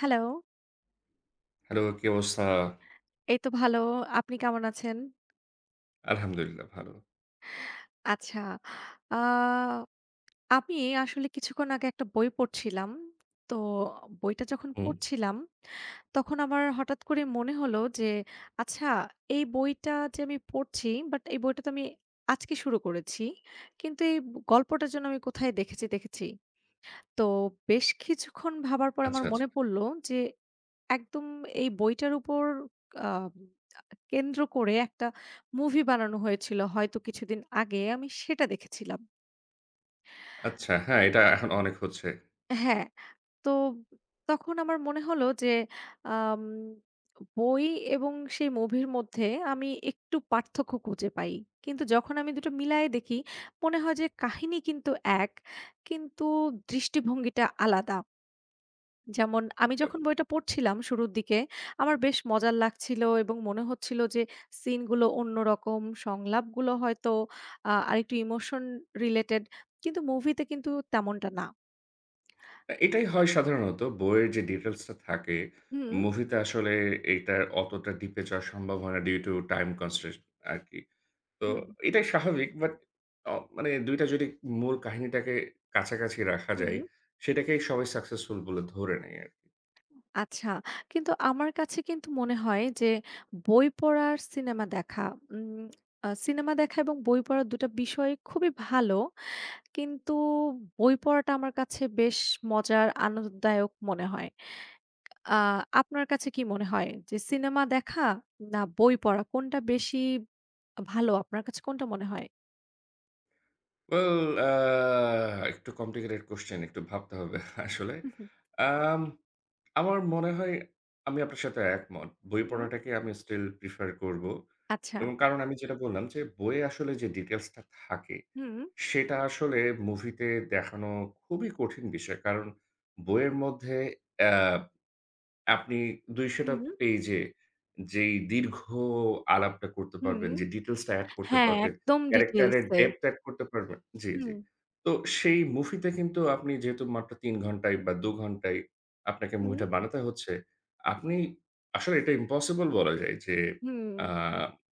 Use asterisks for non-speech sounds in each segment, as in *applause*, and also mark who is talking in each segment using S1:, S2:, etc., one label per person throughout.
S1: Hello,
S2: hello, কি অবস্থা?
S1: এই তো ভালো। আপনি কেমন আছেন?
S2: আলহামদুলিল্লাহ ভালো।
S1: আচ্ছা, আ আমি আসলে কিছুক্ষণ আগে একটা বই পড়ছিলাম। তো বইটা যখন
S2: হুম।
S1: পড়ছিলাম, তখন আমার হঠাৎ করে মনে হলো যে, আচ্ছা এই বইটা যে আমি পড়ছি, বাট এই বইটা তো আমি আজকে শুরু করেছি। কিন্তু এই গল্পটা যেন আমি কোথায় দেখেছি, দেখেছি। তো বেশ কিছুক্ষণ ভাবার পর আমার
S2: আচ্ছা, আচ্ছা।
S1: মনে পড়ল যে, একদম এই বইটার উপর আ কেন্দ্র করে একটা মুভি বানানো হয়েছিল, হয়তো কিছুদিন আগে আমি সেটা দেখেছিলাম।
S2: আচ্ছা, হ্যাঁ, এটা এখন অনেক হচ্ছে।
S1: হ্যাঁ, তো তখন আমার মনে হলো যে আম বই এবং সেই মুভির মধ্যে আমি একটু পার্থক্য খুঁজে পাই। কিন্তু যখন আমি দুটো মিলায়ে দেখি, মনে হয় যে কাহিনী কিন্তু এক, কিন্তু দৃষ্টিভঙ্গিটা আলাদা। যেমন আমি
S2: এব
S1: যখন বইটা পড়ছিলাম শুরুর দিকে, আমার বেশ মজার লাগছিল এবং মনে হচ্ছিল যে সিনগুলো অন্যরকম, সংলাপগুলো হয়তো আরেকটু ইমোশন রিলেটেড। কিন্তু মুভিতে কিন্তু তেমনটা না।
S2: এটাই হয় সাধারণত। বইয়ের যে ডিটেইলস টা থাকে,
S1: হুম,
S2: মুভিতে আসলে এইটার অতটা ডিপে যাওয়া সম্ভব হয় না, ডিউ টু টাইম কনস্ট্রেন্ট আরকি। তো
S1: হুম,
S2: এটাই স্বাভাবিক, বাট মানে ২ টা যদি মূল কাহিনীটাকে কাছাকাছি রাখা যায়,
S1: হুম।
S2: সেটাকেই সবাই সাকসেসফুল বলে ধরে নেয় আরকি।
S1: আচ্ছা। কিন্তু আমার কাছে কিন্তু মনে হয় যে বই পড়া আর সিনেমা দেখা, উম আ সিনেমা দেখা এবং বই পড়া ২টা টা বিষয় খুবই ভালো। কিন্তু বই পড়াটা আমার কাছে বেশ মজার, আনন্দদায়ক মনে হয়। আ আপনার কাছে কি মনে হয় যে সিনেমা দেখা না বই পড়া কোনটা বেশি ভালো? আপনার কাছে কোনটা মনে হয়?
S2: ওয়েল, একটু কমপ্লিকেটেড কোয়েশ্চেন, একটু ভাবতে হবে *laughs* আসলে।
S1: হু, হু।
S2: আম আমার মনে হয় আমি আপনার সাথে একমত। বই
S1: হুম।
S2: পড়াটাকে আমি স্টিল প্রিফার করব।
S1: আচ্ছা।
S2: এবং কারণ আমি আচ্ছা, যেটা বললাম যে বইয়ে আসলে যে ডিটেইলসটা থাকে,
S1: হুম,
S2: সেটা আসলে মুভিতে দেখানো খুবই কঠিন বিষয়। কারণ বইয়ের মধ্যে অ্যা আপনি ২০০ টা
S1: হুম,
S2: পেইজে যেই দীর্ঘ আলাপটা করতে
S1: হুম।
S2: পারবেন, যে ডিটেইলস টা এড করতে
S1: হ্যাঁ,
S2: পারবেন,
S1: একদম
S2: ক্যারেক্টারের
S1: ডিটেইলসে।
S2: ডেপথ এড করতে পারবেন। জি, জি।
S1: হুম,
S2: তো সেই মুভিতে কিন্তু আপনি যেহেতু মাত্র ৩ ঘন্টায় বা ২ ঘন্টায় আপনাকে
S1: হুম,
S2: মুভিটা বানাতে হচ্ছে, আপনি আসলে এটা ইম্পসিবল বলা যায় যে
S1: হুম,
S2: আ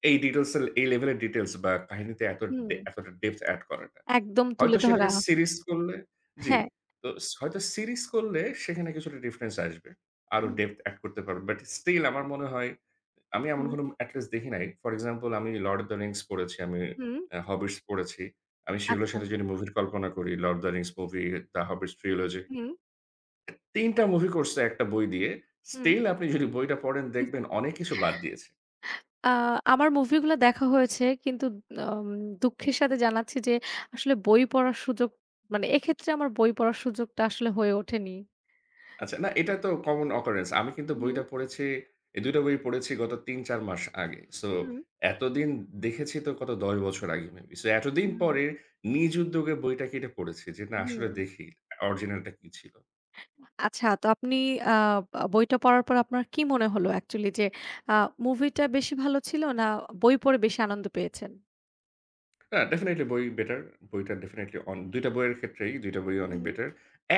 S2: এই লেভেলের ডিটেইলস বা কাহিনীতে এত
S1: হুম।
S2: এতটা ডেপথ এড করাটা।
S1: একদম তুলে
S2: হয়তো
S1: ধরা।
S2: সেটাকে সিরিজ করলে জি।
S1: হ্যাঁ।
S2: তো হয়তো সিরিজ করলে সেখানে কিছুটা ডিফারেন্স আসবে। আরো
S1: হুম,
S2: ডেপথ এড করতে পারবে। বাট স্টিল আমার মনে হয় আমি এমন
S1: হুম,
S2: কোনো এট লিস্ট দেখি নাই। ফর এক্সাম্পল আমি লর্ড অফ দ্য রিংস পড়েছি, আমি
S1: হুম।
S2: হবিটস পড়েছি। আমি সেগুলোর
S1: আচ্ছা।
S2: সাথে যদি মুভির কল্পনা করি, Lord of the Rings movie, the Hobbits trilogy,
S1: হুম,
S2: ৩ টা মুভি করছে একটা বই দিয়ে।
S1: হুম।
S2: স্টিল আপনি যদি বইটা পড়েন, দেখবেন অনেক কিছু বাদ দিয়েছে।
S1: আ আমার মুভিগুলা দেখা হয়েছে, কিন্তু আম দুঃখের সাথে জানাচ্ছি যে আসলে বই পড়ার সুযোগ, মানে এক্ষেত্রে আমার বই পড়ার সুযোগটা আসলে হয়ে ওঠেনি।
S2: আচ্ছা, না, এটা তো কমন occurrence। আমি কিন্তু
S1: হুম,
S2: বইটা পড়েছি, এই ২ টা বই পড়েছি গত ৩-৪ মাস আগে। সো
S1: হুম,
S2: এতদিন দেখেছি তো, কত ১০ বছর আগে, মেবি। সো এতদিন
S1: হুম,
S2: পরে নিজ উদ্যোগে বইটা কিনে পড়েছি যে, না
S1: হুম।
S2: আসলে দেখি অরিজিনালটা কি ছিল।
S1: আচ্ছা, তো আপনি আ আ বইটা পড়ার পর আপনার কি মনে হলো অ্যাকচুয়ালি যে আ মুভিটা বেশি ভালো ছিল, না বই পড়ে বেশি আনন্দ পেয়েছেন?
S2: না, ডেফিনিটলি বই বেটার। বইটা ডেফিনিটলি অন, ২ টা বইয়ের ক্ষেত্রেই ২ টা বই অনেক
S1: হুম।
S2: বেটার।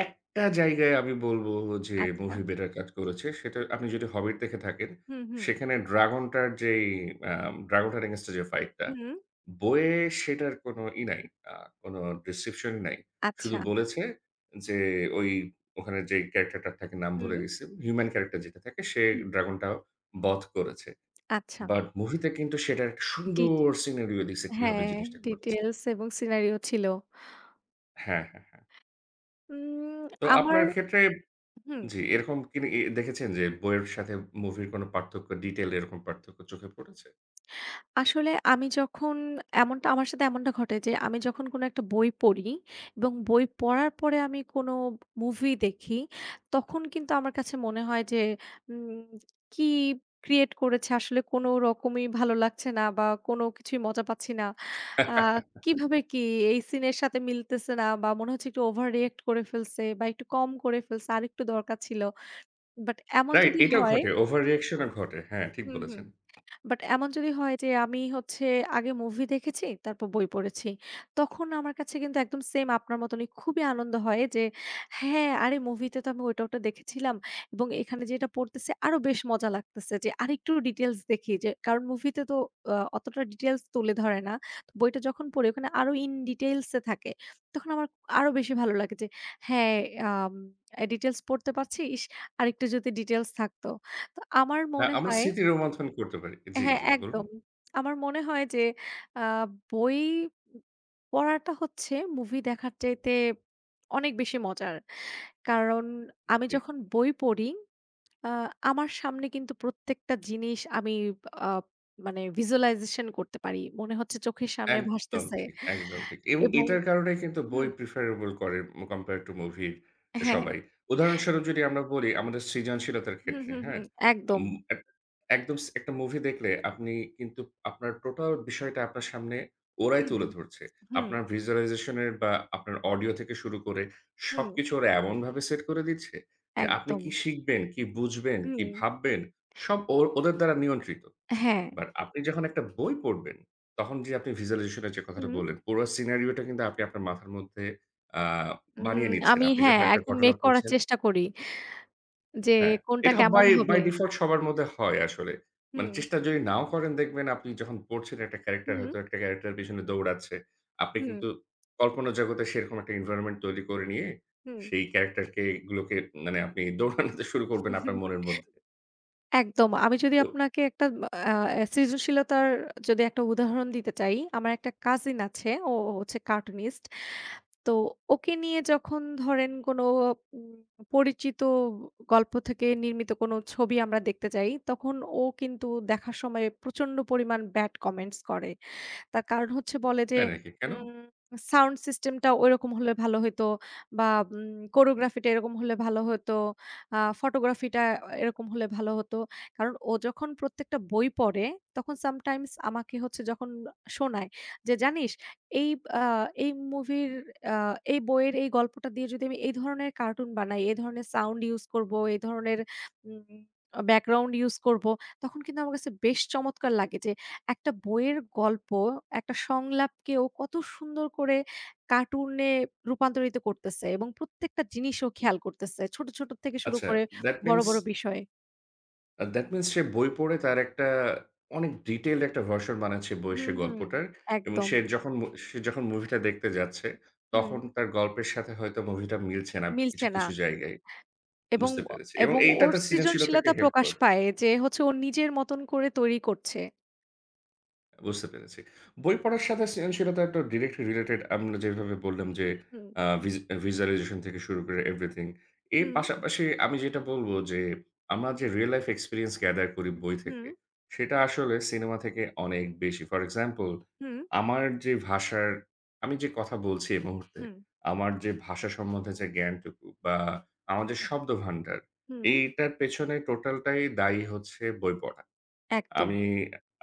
S2: একটা জায়গায় আমি বলব যে
S1: আচ্ছা।
S2: মুভি বেটার কাজ করেছে, সেটা আপনি যদি হবিট দেখে থাকেন,
S1: হুম, হুম।
S2: সেখানে ড্রাগনটার যেই আ ড্রাগনটার এগেইনস্ট এ যে ফাইটটা,
S1: হুম।
S2: বইয়ে সেটার কোনো ই নাই। আ কোনো ডেসক্রিপশন নাই। শুধু
S1: আচ্ছা।
S2: বলেছে যে ওই ওখানে যে ক্যারাক্টারটার থাকে, নাম ভুলে
S1: হুম,
S2: গেছি, হিউম্যান ক্যারাক্টার যেটা থাকে, সে
S1: হুম।
S2: ড্রাগনটা বধ করেছে।
S1: আচ্ছা।
S2: বাট মুভিতে কিন্তু সেটার একটা সুন্দর
S1: ডিটে
S2: সিনারিও দিছে, কিভাবে
S1: হ্যাঁ,
S2: জিনিসটা ঘটেছে।
S1: ডিটেইলস এবং সিনারিও ছিল।
S2: হ্যাঁ, হ্যাঁ, হ্যাঁ।
S1: উম
S2: তো
S1: আমার
S2: আপনার ক্ষেত্রে
S1: হুম।
S2: জি, এরকম কি দেখেছেন যে বইয়ের সাথে মুভির কোনো পার্থক্য, ডিটেইল এরকম পার্থক্য চোখে পড়েছে?
S1: আসলে আমি যখন, এমনটা আমার সাথে এমনটা ঘটে যে আমি যখন কোনো একটা বই পড়ি এবং বই পড়ার পরে আমি কোনো মুভি দেখি, তখন কিন্তু আমার কাছে মনে হয় যে, উম, কি ক্রিয়েট করেছে, আসলে কোনো রকমই ভালো লাগছে না বা কোনো কিছুই মজা পাচ্ছি না। আহ কিভাবে কি এই সিনের সাথে মিলতেছে না, বা মনে হচ্ছে একটু ওভার রিয়েক্ট করে ফেলছে বা একটু কম করে ফেলছে, আর একটু দরকার ছিল। বাট এমন
S2: রাইট,
S1: যদি *laughs*
S2: এটাও
S1: হয়,
S2: ঘটে। ওভার রিঅ্যাকশন ও ঘটে। হ্যাঁ, ঠিক
S1: হুম, হুম,
S2: বলেছেন।
S1: বাট এমন যদি হয় যে আমি হচ্ছে আগে মুভি দেখেছি, তারপর বই পড়েছি। তখন আমার কাছে কিন্তু একদম সেম, আপনার মতনই খুবই আনন্দ হয় যে, হ্যাঁ, আরে মুভিতে তো আমি ওইটা, ওটা দেখেছিলাম এবং এখানে যেটা পড়তেছে আরো বেশ মজা লাগতেছে যে আরেকটু ডিটেইলস দেখি, যে কারণ মুভিতে তো অতটা ডিটেইলস তুলে ধরে না। তো বইটা যখন পড়ি ওখানে আরো ইন ডিটেইলস এ থাকে। তখন আমার আরো বেশি ভালো লাগে যে, হ্যাঁ, আম ডিটেইলস পড়তে পারছি। ইস! আরেকটু যদি ডিটেইলস থাকতো। তো আমার
S2: হ্যাঁ,
S1: মনে
S2: আমরা
S1: হয়,
S2: স্মৃতি রোমন্থন করতে পারি। জি,
S1: হ্যাঁ,
S2: জি, বলুন।
S1: একদম। আমার মনে হয় যে আ বই পড়াটা হচ্ছে মুভি দেখার চাইতে অনেক বেশি মজার। কারণ আমি
S2: জি।
S1: যখন বই পড়ি, আ আমার সামনে কিন্তু প্রত্যেকটা জিনিস আমি আ মানে visualization করতে পারি। মনে হচ্ছে চোখের সামনে
S2: একদম
S1: ভাসতেছে
S2: ঠিক, একদম ঠিক। এবং
S1: এবং
S2: এটার কারণে কিন্তু
S1: হুম,
S2: বই প্রিফারেবল করে কম্পেয়ার টু মুভি
S1: হ্যাঁ।
S2: সবাই। উদাহরণস্বরূপ যদি আমরা বলি আমাদের সৃজনশীলতার
S1: হুম,
S2: ক্ষেত্রে,
S1: হুম,
S2: হ্যাঁ?
S1: হুম,
S2: আম
S1: একদম।
S2: এক একদম একটা মুভি দেখলে আপনি কিন্তু আপনার টোটাল বিষয়টা আপনার সামনে ওরাই
S1: হুম,
S2: তুলে ধরছে।
S1: হুম,
S2: আপনার ভিজুয়ালাইজেশন এর বা আপনার অডিও থেকে শুরু করে
S1: হুম,
S2: সবকিছু ওরা এমনভাবে সেট করে দিচ্ছে যে আপনি
S1: একদম।
S2: কি শিখবেন, কি বুঝবেন, কি
S1: হুম,
S2: ভাববেন, সব ওদের দ্বারা নিয়ন্ত্রিত।
S1: হ্যাঁ।
S2: বাট আপনি যখন একটা বই পড়বেন, তখন যে আপনি visualization এর যে কথাটা
S1: হুম,
S2: বললেন, পুরো সিনারিও টা কিন্তু আপনি আপনার মাথার মধ্যে আ বানিয়ে নিচ্ছেন।
S1: আমি,
S2: আপনি
S1: হ্যাঁ,
S2: যখন একটা
S1: একদম
S2: ঘটনা
S1: মেক করার
S2: পড়ছেন,
S1: চেষ্টা করি। যে
S2: হ্যাঁ,
S1: কোনটা
S2: এটা
S1: কেমন
S2: বাই বাই
S1: হবে?
S2: ডিফল্ট সবার মধ্যে হয় আসলে। মানে
S1: হুম,
S2: চেষ্টা যদি নাও করেন, দেখবেন আপনি যখন পড়ছেন, একটা ক্যারেক্টার
S1: হুম,
S2: হয়তো একটা ক্যারেক্টারের পেছনে দৌড়াচ্ছে। আপনি
S1: হুম,
S2: কিন্তু কল্পনা জগতে সেরকম একটা environment তৈরি করে নিয়ে
S1: হুম।
S2: সেই ক্যারেক্টারকে গুলোকে মানে আপনি দৌড়ানোতে শুরু করবেন আপনার মনের মধ্যে।
S1: একদম। আমি যদি
S2: তো
S1: আপনাকে একটা আ আ সৃজনশীলতার যদি একটা উদাহরণ দিতে চাই, আমার একটা কাজিন আছে। ও হচ্ছে কার্টুনিস্ট। তো ওকে নিয়ে যখন ধরেন কোনো উম পরিচিত গল্প থেকে নির্মিত কোনো ছবি আমরা দেখতে যাই, তখন ও কিন্তু দেখার সময় প্রচণ্ড পরিমাণ ব্যাড কমেন্টস করে। তার কারণ হচ্ছে, বলে যে,
S2: তাই নাকি? কেন?
S1: উম "সাউন্ড সিস্টেমটা ঐরকম হলে ভালো হইতো বা কোরিওগ্রাফিটা এরকম হলে ভালো হতো। ফটোগ্রাফিটা এরকম হলে ভালো হতো।" কারণ ও যখন প্রত্যেকটা বই পড়ে, তখন sometimes আমাকে হচ্ছে যখন শোনায় যে, "জানিস, এই আ এই মুভির, আ এই বইয়ের এই গল্পটা দিয়ে যদি আমি এই ধরনের কার্টুন বানাই, এই ধরনের সাউন্ড ইউজ করব, এই ধরনের উম ব্যাকগ্রাউন্ড ইউজ করব।" তখন কিন্তু আমার কাছে বেশ চমৎকার লাগে যে একটা বইয়ের গল্প, একটা সংলাপকেও কত সুন্দর করে কার্টুনে রূপান্তরিত করতেছে এবং প্রত্যেকটা জিনিসও খেয়াল করতেছে। ছোট, ছোট থেকে শুরু
S2: আচ্ছা,
S1: করে
S2: that
S1: বড়,
S2: means
S1: বড় বিষয়ে।
S2: দ্যাট মিনস সে বই পড়ে তার একটা অনেক ডিটেইলড একটা ভার্সন বানাচ্ছে বইয়ের সে
S1: হুম, হুম।
S2: গল্পটার। এবং
S1: একদম।
S2: সে যখন মুভিটা দেখতে যাচ্ছে,
S1: হুম,
S2: তখন তার গল্পের সাথে হয়তো মুভিটা মিলছে না কিছু,
S1: মিলছে না।
S2: কিছু জায়গায়।
S1: এবং
S2: বুঝতে
S1: অ
S2: পেরেছি, এবং
S1: এবং
S2: এইটা
S1: ওর
S2: তার সৃজনশীলতাকে
S1: সৃজনশীলতা
S2: হেল্প
S1: প্রকাশ
S2: করে।
S1: পায় যে হচ্ছে ও নিজের মতন করে তৈরি করছে।
S2: বুঝতে পেরেছি। বই পড়ার সাথে সৃজনশীলতা তো ডিরেক্টলি রিলেটেড, আমরা যেভাবে বললাম যে
S1: হুম,
S2: আ ভিজ ভিজুয়ালাইজেশন থেকে শুরু করে এভরিথিং। এর
S1: হুম,
S2: পাশাপাশি আমি যেটা বলব যে আমরা যে রিয়াল লাইফ এক্সপেরিয়েন্স গ্যাদার করি বই থেকে,
S1: হুম,
S2: সেটা আসলে সিনেমা থেকে অনেক বেশি। ফর এক্সাম্পল
S1: হুম,
S2: আমার যে ভাষার আমি যে কথা বলছি এই মুহূর্তে,
S1: হুম,
S2: আমার যে ভাষা সম্বন্ধে যে জ্ঞানটুকু বা আমার যে শব্দভান্ডার,
S1: হুম,
S2: এইটার পেছনে টোটালটাই দায়ী হচ্ছে বই পড়া।
S1: একদম।
S2: আমি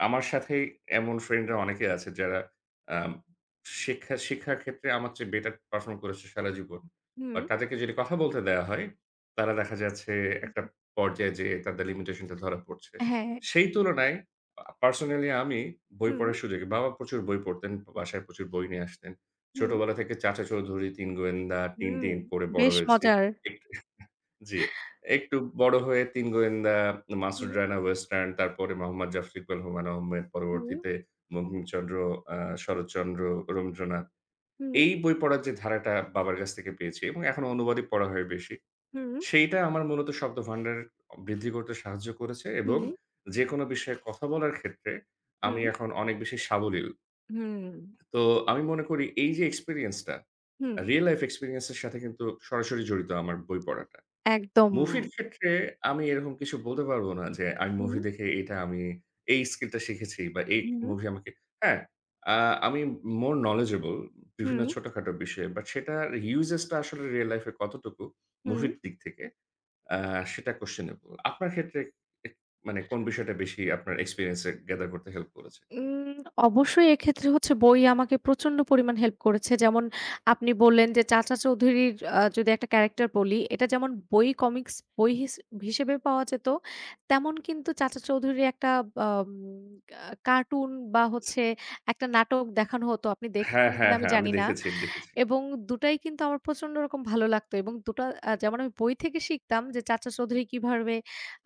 S2: আমার সাথেই এমন ফ্রেন্ডরা অনেকে আছে যারা আম শিক্ষার ক্ষেত্রে আমার চেয়ে বেটার পারফর্ম করেছে সারা জীবন। বা
S1: হুম,
S2: তাদেরকে যদি কথা বলতে দেয়া হয়, তারা দেখা যাচ্ছে একটা পর্যায়ে যেয়ে তাদের লিমিটেশন টা ধরা পড়ছে।
S1: হ্যাঁ,
S2: সেই তুলনায় পার্সোনালি আমি বই
S1: হুম,
S2: পড়ার সুযোগে, বাবা প্রচুর বই পড়তেন, বাসায় প্রচুর বই নিয়ে আসতেন।
S1: হুম,
S2: ছোটবেলা থেকে চাচা চৌধুরী, ৩ গোয়েন্দা,
S1: হুম।
S2: 'টিনটিন' পড়ে বড়
S1: বেশ
S2: হয়েছি।
S1: মজার।
S2: এক জি। একটু বড় হয়ে ৩ গোয়েন্দা, মাসুদ
S1: হুম,
S2: রায়না ওয়েস্টার্ন, তারপরে মোহাম্মদ জাফর ইকবাল, হুমায়ূন আহমেদ,
S1: হুম,
S2: পরবর্তীতে বঙ্কিমচন্দ্র, আ শরৎচন্দ্র, রবীন্দ্রনাথ।
S1: হুম।
S2: এই বই পড়ার যে ধারাটা বাবার কাছ থেকে পেয়েছি, এবং এখন অনুবাদই পড়া হয় বেশি।
S1: হুম,
S2: সেইটা আমার মূলত শব্দভান্ডার বৃদ্ধি করতে সাহায্য করেছে, এবং
S1: হুম,
S2: যেকোনো বিষয়ে কথা বলার ক্ষেত্রে আমি
S1: হুম,
S2: এখন অনেক বেশি সাবলীল।
S1: হুম,
S2: তো আমি মনে করি এই যে এক্সপেরিয়েন্সটা,
S1: হুম,
S2: রিয়াল লাইফ এক্সপেরিয়েন্স এর সাথে কিন্তু সরাসরি জড়িত আমার বই পড়াটা।
S1: একদম।
S2: মুভির ক্ষেত্রে আমি এরকম কিছু বলতে পারব না যে আমি
S1: হুম,
S2: মুভি দেখে এটা আমি এই স্কিলটা শিখেছি, বা এই
S1: হুম,
S2: মুভি আমাকে হ্যাঁ, আ আমি মোর knowledgeable বিভিন্ন
S1: হুম,
S2: ছোটখাটো বিষয়ে। বাট সেটার uses টা আসলে রিয়াল লাইফ এ কতটুকু
S1: হুম।
S2: মুভির দিক থেকে, আ সেটা questionable। আপনার ক্ষেত্রে এ মানে কোন বিষয়টা বেশি আপনার এক্সপেরিয়েন্স এ গ্যাদার করতে হেল্প করেছে?
S1: উম অবশ্যই এক্ষেত্রে হচ্ছে বই আমাকে প্রচন্ড পরিমাণ হেল্প করেছে। যেমন আপনি বললেন যে চাচা চৌধুরীর, যদি একটা ক্যারাক্টার বলি, এটা যেমন বই, কমিক্স বই হিসেবে পাওয়া যেত, তেমন কিন্তু চাচা চৌধুরীর একটা বাম আ কার্টুন বা
S2: স-
S1: হচ্ছে একটা নাটক দেখানো হতো। আপনি
S2: হ্যাঁ,
S1: দেখেছেন কিনা
S2: হ্যাঁ,
S1: আমি
S2: হ্যাঁ। আমি
S1: জানি না।
S2: দেখেছি, দেখেছি।
S1: এবং দুটাই কিন্তু আমার প্রচন্ড রকম ভালো লাগতো এবং দুটা, যেমন আমি বই থেকে শিখতাম যে চাচা চৌধুরী কিভাবে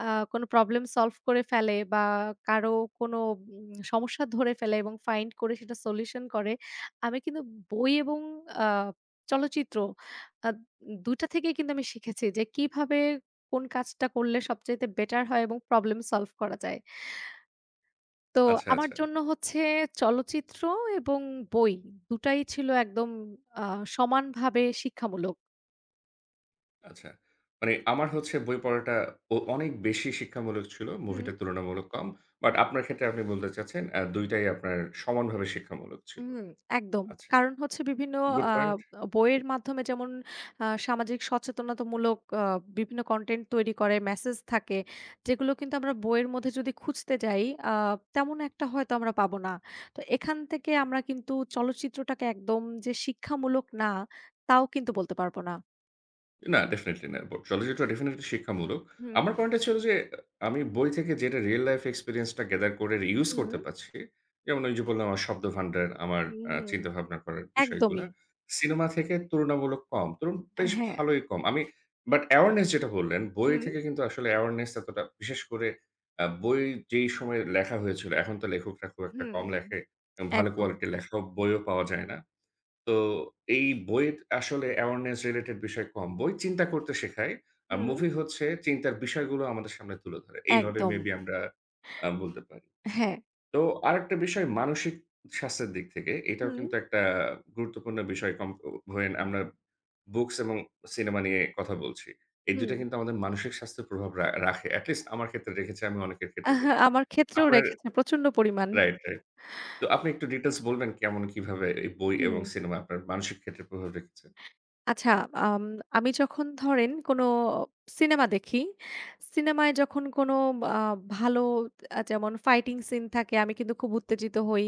S1: আ কোনো প্রবলেম সলভ করে ফেলে, বা কারো কোনো সমস্যা ধরে ফেলে এবং ফাইন্ড করে সেটা সলিউশন করে। আমি কিন্তু বই এবং আ চলচ্চিত্র, আ ২টা টা থেকেই কিন্তু আমি শিখেছি যে কিভাবে কোন কাজটা করলে সবচাইতে বেটার হয় এবং প্রবলেম সলভ করা যায়। তো
S2: আচ্ছা,
S1: আমার
S2: আচ্ছা।
S1: জন্য হচ্ছে চলচ্চিত্র এবং বই দুটাই ছিল একদম আ সমানভাবে শিক্ষামূলক।
S2: আচ্ছা। মানে আমার হচ্ছে বই পড়াটা অনেক বেশি শিক্ষামূলক ছিল।
S1: হুম,
S2: মুভিটা তুলনামূলক কম। বাট আপনার ক্ষেত্রে আপনি বলতে চাচ্ছেন, ২ টাই আপনার সমানভাবে শিক্ষামূলক ছিল।
S1: হুম, একদম।
S2: আচ্ছা।
S1: কারণ হচ্ছে বিভিন্ন,
S2: গুড
S1: আ
S2: পয়েন্ট।
S1: বইয়ের মাধ্যমে যেমন সামাজিক সচেতনতামূলক বিভিন্ন কনটেন্ট তৈরি করে, মেসেজ থাকে যেগুলো কিন্তু আমরা বইয়ের মধ্যে যদি খুঁজতে যাই, আ তেমন একটা হয়তো আমরা পাবো না। তো এখান থেকে আমরা কিন্তু চলচ্চিত্রটাকে একদম যে শিক্ষামূলক না, তাও কিন্তু বলতে পারবো না।
S2: না, ডেফিনিটলি না। চলচ্চিত্র ডেফিনিটলি শিক্ষামূলক।
S1: হুম,
S2: আমার পয়েন্টটা ছিল যে, আমি বই থেকে যেটা রিয়াল লাইফ এক্সপেরিয়েন্স টা গেদার করে ইউস
S1: হুম,
S2: করতে পারছি। যেমন ওই যে বললাম, আমার শব্দভান্ডার, আমার
S1: হুম, হুম।
S2: চিন্তাভাবনা করার বিষয়গুলা।
S1: একদমই।
S2: সিনেমা থেকে তুলনামূলক কম। ধরুন বেশ
S1: হ্যাঁ।
S2: ভালোই কম। আমি বাট অ্যাওয়ারনেস যেটা বললেন, বই
S1: হুম,
S2: থেকে কিন্তু আসলে অ্যাওয়ারনেস এতটা বিশেষ করে বই যেই সময়ে লেখা হয়েছিল, এখন তো লেখকরা খুব একটা
S1: হুম,
S2: কম
S1: হুম।
S2: লেখে, এবং ভালো
S1: একদম।
S2: কোয়ালিটির লেখাও বইও পাওয়া যায় না। তো এই বইয়ের আসলে অ্যাওয়ারনেস রিলেটেড বিষয় কম। বই চিন্তা করতে শেখায়। আর
S1: হুম।
S2: মুভি হচ্ছে চিন্তার বিষয়গুলো আমাদের সামনে তুলে ধরে। এইভাবে
S1: একদম।
S2: মেবি আমরা বলতে পারি।
S1: হ্যাঁ।
S2: তো আরেকটা বিষয়, মানসিক স্বাস্থ্যের দিক থেকে এটাও
S1: হুম,
S2: কিন্তু একটা গুরুত্বপূর্ণ বিষয়, কম ও ধরেন আমরা বুকস এবং সিনেমা নিয়ে কথা বলছি। এই ২
S1: হুম।
S2: টা কিন্তু আমাদের মানসিক স্বাস্থ্যের প্রভাব রাখে। এট লিস্ট আমার ক্ষেত্রে রেখেছে, আমি অনেকের ক্ষেত্রে দেখেছি।
S1: আমার ক্ষেত্রেও
S2: আপনার
S1: রেখেছে প্রচন্ড পরিমাণ।
S2: Right, right. তো আপনি একটু ডিটেইলস বলবেন, কেমন, কিভাবে এই বই
S1: হুম।
S2: এবং সিনেমা আপনার মানসিক ক্ষেত্রে প্রভাব রেখেছে?
S1: আচ্ছা, আম আমি যখন ধরেন কোনো সিনেমা দেখি, সিনেমায় যখন কোনো আ ভালো, যেমন ফাইটিং সিন থাকে, আমি কিন্তু খুব উত্তেজিত হই।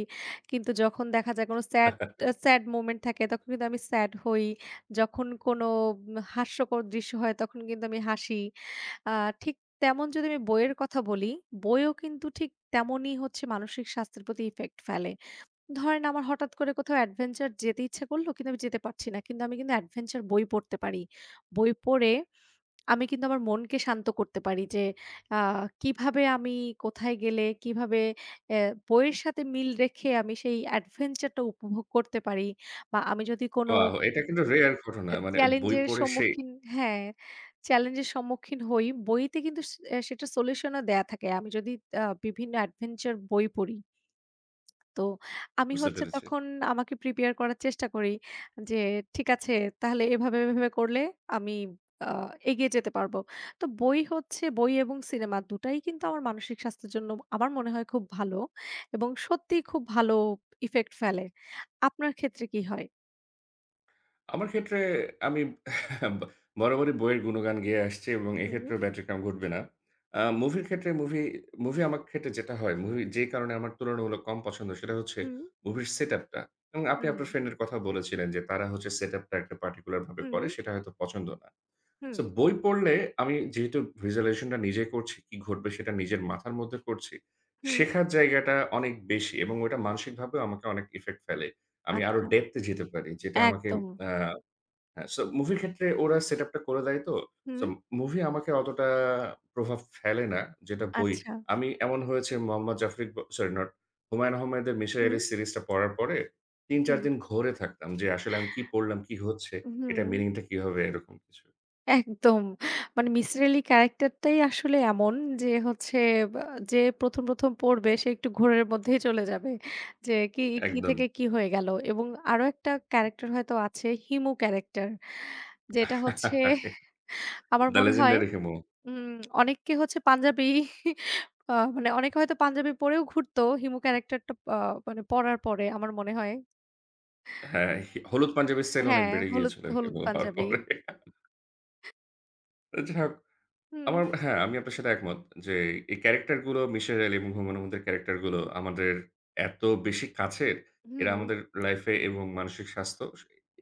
S1: কিন্তু যখন দেখা যায় কোনো স্যাড মোমেন্ট থাকে, তখন কিন্তু আমি স্যাড হই। যখন কোনো হাস্যকর দৃশ্য হয়, তখন কিন্তু আমি হাসি। আ ঠিক তেমন যদি আমি বইয়ের কথা বলি, বইও কিন্তু ঠিক তেমনই হচ্ছে মানসিক স্বাস্থ্যের প্রতি ইফেক্ট ফেলে। ধরেন আমার হঠাৎ করে কোথাও অ্যাডভেঞ্চার যেতে ইচ্ছা করলো, কিন্তু আমি যেতে পারছি না। কিন্তু আমি কিন্তু অ্যাডভেঞ্চার বই পড়তে পারি। বই পড়ে আমি কিন্তু আমার মনকে শান্ত করতে পারি যে আ কিভাবে আমি, কোথায় গেলে কিভাবে অ্যা বইয়ের সাথে মিল রেখে আমি সেই অ্যাডভেঞ্চারটা উপভোগ করতে পারি, বা আমি যদি কোনো
S2: ওয়াও! এটা কিন্তু রেয়ার ঘটনা। মানে বই
S1: চ্যালেঞ্জের
S2: পড়ে সেই
S1: সম্মুখীন, হ্যাঁ, চ্যালেঞ্জের সম্মুখীন হই, বইতে কিন্তু সেটার সলিউশনও দেয়া থাকে। আমি যদি বিভিন্ন অ্যাডভেঞ্চার বই পড়ি। তো আমি
S2: বুঝতে
S1: হচ্ছে
S2: পেরেছি।
S1: তখন আমাকে প্রিপেয়ার করার চেষ্টা করি যে, ঠিক আছে, তাহলে এভাবে এভাবে করলে আমি আ এগিয়ে যেতে পারবো। তো বই এবং সিনেমা দুটাই কিন্তু আমার মানসিক স্বাস্থ্যের জন্য, আমার মনে হয়, খুব ভালো এবং সত্যিই খুব ভালো ইফেক্ট ফেলে। আপনার ক্ষেত্রে কি হয়?
S2: আমার ক্ষেত্রে আমি *laughs* বা বরাবরই বইয়ের গুণগান গেয়ে আসছি, এবং
S1: হুম,
S2: এক্ষেত্রেও ব্যতিক্রম ঘটবে না। মুভির ক্ষেত্রে মুভি, আমার ক্ষেত্রে যেটা হয়, মুভি যে কারণে আমার তুলনামূলক কম পছন্দ সেটা হচ্ছে
S1: হুম,
S2: মুভির সেটআপটা। এবং আপনি
S1: হুম,
S2: আপনার ফ্রেন্ডের কথা বলেছিলেন যে তারা হচ্ছে সেটআপটা একটা পার্টিকুলার ভাবে
S1: হুম,
S2: করে সেটা হয়তো পছন্দ না।
S1: হুম,
S2: সো বই পড়লে আমি যেহেতু visualization টা নিজে করছি, কি ঘটবে সেটা নিজের মাথার মধ্যে করছি।
S1: হুম,
S2: শেখার জায়গাটা অনেক বেশি, এবং ওটা মানসিকভাবেও আমাকে অনেক ইফেক্ট ফেলে। আমি আরো
S1: আচ্ছা।
S2: ডেপথ এ যেতে পারি, যেটা আমাকে
S1: একদম।
S2: আ হ্যাঁ, সো মুভির ক্ষেত্রে ওরা সেটআপ টা করে দেয় তো।
S1: হুম,
S2: সো মুভি আমাকে অতটা প্রভাব ফেলে না যেটা বই।
S1: আচ্ছা।
S2: আমি এমন হয়েছে, মোহাম্মদ জাফর ইকবাল, সরি নট, হুমায়ূন আহমেদের 'মিসির
S1: হুম,
S2: আলি' সিরিজটা পড়ার পরে ৩-৪
S1: হুম,
S2: দিন ঘোরে থাকতাম যে আসলে আমি কি পড়লাম, কি হচ্ছে,
S1: হুম।
S2: এটার মিনিংটা কি হবে, এরকম কিছু।
S1: একদম। মানে মিসির আলি ক্যারেক্টারটাই আসলে এমন, যে হচ্ছে, বা যে প্রথম, প্রথম পড়বে সে একটু ঘোরের মধ্যেই চলে যাবে। যে কি, কি
S2: একদম।
S1: থেকে কি হয়ে গেল? এবং আরো একটা ক্যারেক্টার হয়তো আছে, হিমু ক্যারেক্টার। যেটা হচ্ছে, আমার
S2: দ্যা
S1: মনে হয়,
S2: লেজেন্ডারি হিমু।
S1: উম অনেককে হচ্ছে পাঞ্জাবি, মানে অনেকে হয়তো পাঞ্জাবি পরেও ঘুরতো, হিমু ক্যারেক্টারটা মানে পড়ার পরে আমার মনে হয়।
S2: হ্যাঁ, হলুদ পাঞ্জাবির সেল অনেক
S1: হ্যাঁ,
S2: বেড়ে
S1: হলুদ,
S2: গিয়েছিল
S1: হলুদ
S2: হিমু হওয়ার
S1: পাঞ্জাবি।
S2: পরে। তো যাই হোক,
S1: হুম,
S2: আমার হ্যাঁ, আমি আপনার সাথে একমত যে এই ক্যারাক্টার গুলো, মিসির আলি এবং হুমায়ূন আহমেদের ক্যারাক্টার গুলো আমাদের এত বেশি কাছের, এরা
S1: হুম,
S2: আমাদের লাইফে এবং মানসিক স্বাস্থ্য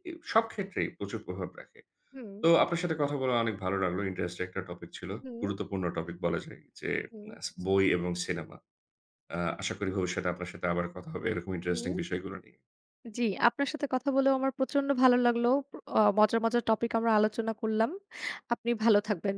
S2: এ সব ক্ষেত্রেই প্রচুর প্রভাব রাখে।
S1: হুম,
S2: তো আপনার সাথে কথা বলা অনেক ভালো লাগলো। ইন্টারেস্টিং একটা টপিক ছিল।
S1: হুম,
S2: গুরুত্বপূর্ণ টপিক বলা যায় যে
S1: হুম,
S2: বই এবং সিনেমা। আশা করি ভবিষ্যতে আপনার সাথে আবার কথা হবে এরকম ইন্টারেস্টিং
S1: হুম।
S2: বিষয়গুলো নিয়ে।
S1: জি, আপনার সাথে কথা বলেও আমার প্রচন্ড ভালো লাগলো। মজার, মজার টপিক আমরা আলোচনা করলাম। আপনি ভালো থাকবেন।